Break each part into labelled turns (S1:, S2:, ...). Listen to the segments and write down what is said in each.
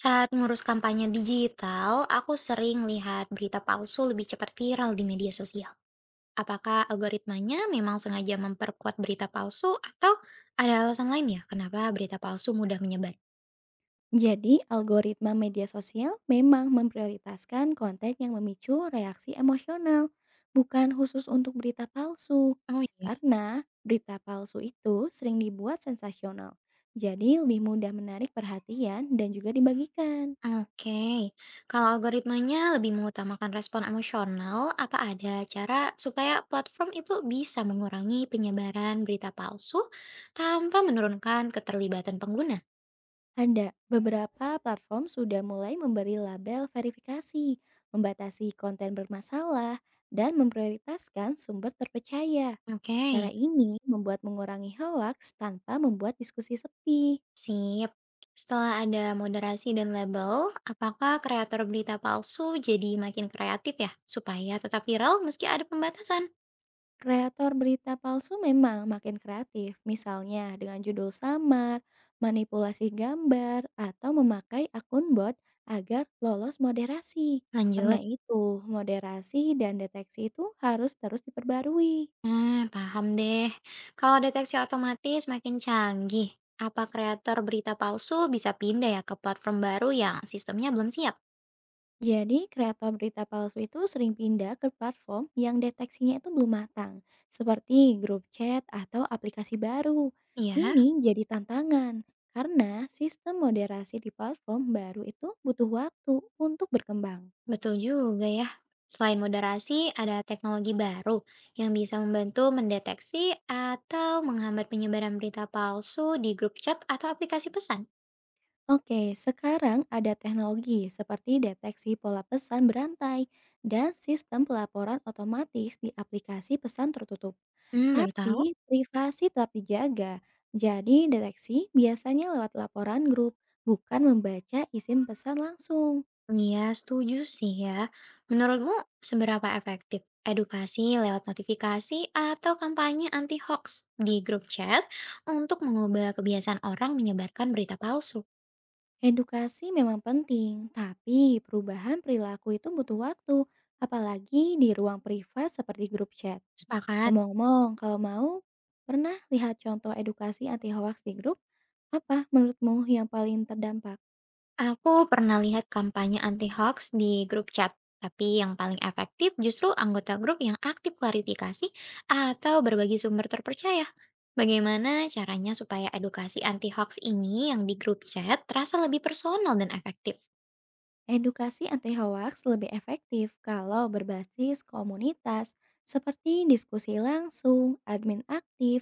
S1: Saat ngurus kampanye digital, aku sering lihat berita palsu lebih cepat viral di media sosial. Apakah algoritmanya memang sengaja memperkuat berita palsu atau ada alasan lain ya kenapa berita palsu mudah menyebar?
S2: Jadi, algoritma media sosial memang memprioritaskan konten yang memicu reaksi emosional, bukan khusus untuk berita palsu.
S1: Oh iya.
S2: Karena berita palsu itu sering dibuat sensasional, jadi lebih mudah menarik perhatian dan juga dibagikan.
S1: Oke, kalau algoritmanya lebih mengutamakan respon emosional, apa ada cara supaya platform itu bisa mengurangi penyebaran berita palsu tanpa menurunkan keterlibatan pengguna?
S2: Ada beberapa platform sudah mulai memberi label verifikasi, membatasi konten bermasalah, dan memprioritaskan sumber terpercaya.
S1: Oke.
S2: Cara ini membuat mengurangi hoaks tanpa membuat diskusi sepi.
S1: Sip. Setelah ada moderasi dan label, apakah kreator berita palsu jadi makin kreatif ya? Supaya tetap viral meski ada pembatasan.
S2: Kreator berita palsu memang makin kreatif, misalnya dengan judul samar, manipulasi gambar, atau memakai akun bot agar lolos moderasi. Karena
S1: Lanjut.
S2: itu, moderasi dan deteksi itu harus terus diperbarui.
S1: Nah, paham deh. Kalau deteksi otomatis makin canggih, apa kreator berita palsu bisa pindah ya ke platform baru yang sistemnya belum siap?
S2: Jadi, kreator berita palsu itu sering pindah ke platform yang deteksinya itu belum matang, seperti grup chat atau aplikasi baru.
S1: Iya.
S2: Ini jadi tantangan karena sistem moderasi di platform baru itu butuh waktu untuk berkembang.
S1: Betul juga ya. Selain moderasi, ada teknologi baru yang bisa membantu mendeteksi atau menghambat penyebaran berita palsu di grup chat atau aplikasi pesan.
S2: Oke, sekarang ada teknologi seperti deteksi pola pesan berantai dan sistem pelaporan otomatis di aplikasi pesan tertutup.
S1: Hmm, baru tahu?
S2: Tapi privasi tetap dijaga, jadi deteksi biasanya lewat laporan grup, bukan membaca izin pesan langsung.
S1: Iya, setuju sih ya. Menurutmu, seberapa efektif edukasi lewat notifikasi atau kampanye anti hoax di grup chat untuk mengubah kebiasaan orang menyebarkan berita palsu?
S2: Edukasi memang penting, tapi perubahan perilaku itu butuh waktu, apalagi di ruang privat seperti grup chat.
S1: Sepakat.
S2: Ngomong-ngomong, kalau mau, pernah lihat contoh edukasi anti hoax di grup? Apa menurutmu yang paling terdampak?
S1: Aku pernah lihat kampanye anti hoax di grup chat, tapi yang paling efektif justru anggota grup yang aktif klarifikasi atau berbagi sumber terpercaya. Bagaimana caranya supaya edukasi anti hoax ini yang di grup chat terasa lebih personal dan efektif?
S2: Edukasi anti hoax lebih efektif kalau berbasis komunitas seperti diskusi langsung, admin aktif,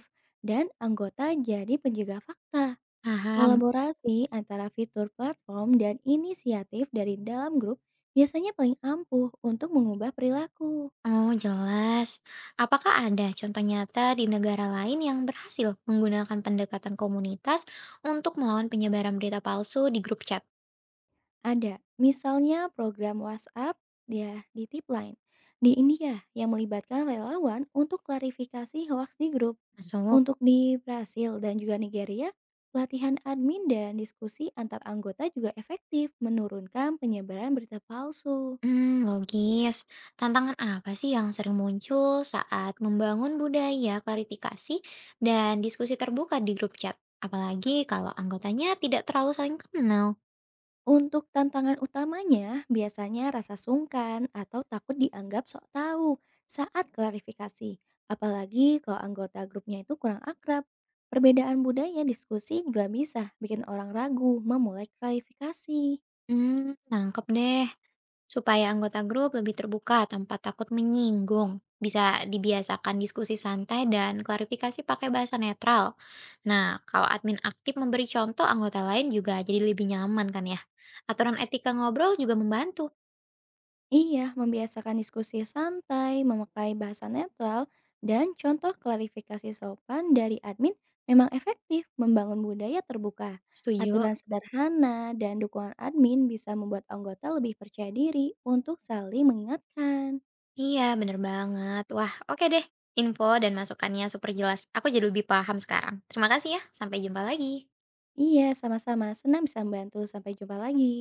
S2: dan anggota jadi penjaga fakta.
S1: Paham?
S2: Kolaborasi antara fitur platform dan inisiatif dari dalam grup biasanya paling ampuh untuk mengubah perilaku.
S1: Oh, jelas. Apakah ada contoh nyata di negara lain yang berhasil menggunakan pendekatan komunitas untuk melawan penyebaran berita palsu di grup chat?
S2: Ada, misalnya program WhatsApp ya di Tipline di India yang melibatkan relawan untuk klarifikasi hoaks di grup.
S1: Masuk.
S2: Untuk di Brasil dan juga Nigeria, pelatihan admin dan diskusi antar anggota juga efektif menurunkan penyebaran berita palsu.
S1: Mmm, logis. Tantangan apa sih yang sering muncul saat membangun budaya klarifikasi dan diskusi terbuka di grup chat? Apalagi kalau anggotanya tidak terlalu saling kenal.
S2: Untuk tantangan utamanya, biasanya rasa sungkan atau takut dianggap sok tahu saat klarifikasi, apalagi kalau anggota grupnya itu kurang akrab. Perbedaan budaya diskusi juga bisa bikin orang ragu memulai klarifikasi.
S1: Mmm, nangkep deh. Supaya anggota grup lebih terbuka tanpa takut menyinggung, bisa dibiasakan diskusi santai dan klarifikasi pakai bahasa netral. Nah, kalau admin aktif memberi contoh, anggota lain juga jadi lebih nyaman kan ya? Aturan etika ngobrol juga membantu.
S2: Iya, membiasakan diskusi santai, memakai bahasa netral, dan contoh klarifikasi sopan dari admin memang efektif membangun budaya terbuka.
S1: Setuju?
S2: Aturan sederhana dan dukungan admin bisa membuat anggota lebih percaya diri untuk saling mengingatkan.
S1: Iya, bener banget. Wah, oke deh. Info dan masukannya super jelas. Aku jadi lebih paham sekarang. Terima kasih ya. Sampai jumpa lagi.
S2: Iya, sama-sama. Senang bisa membantu. Sampai jumpa lagi.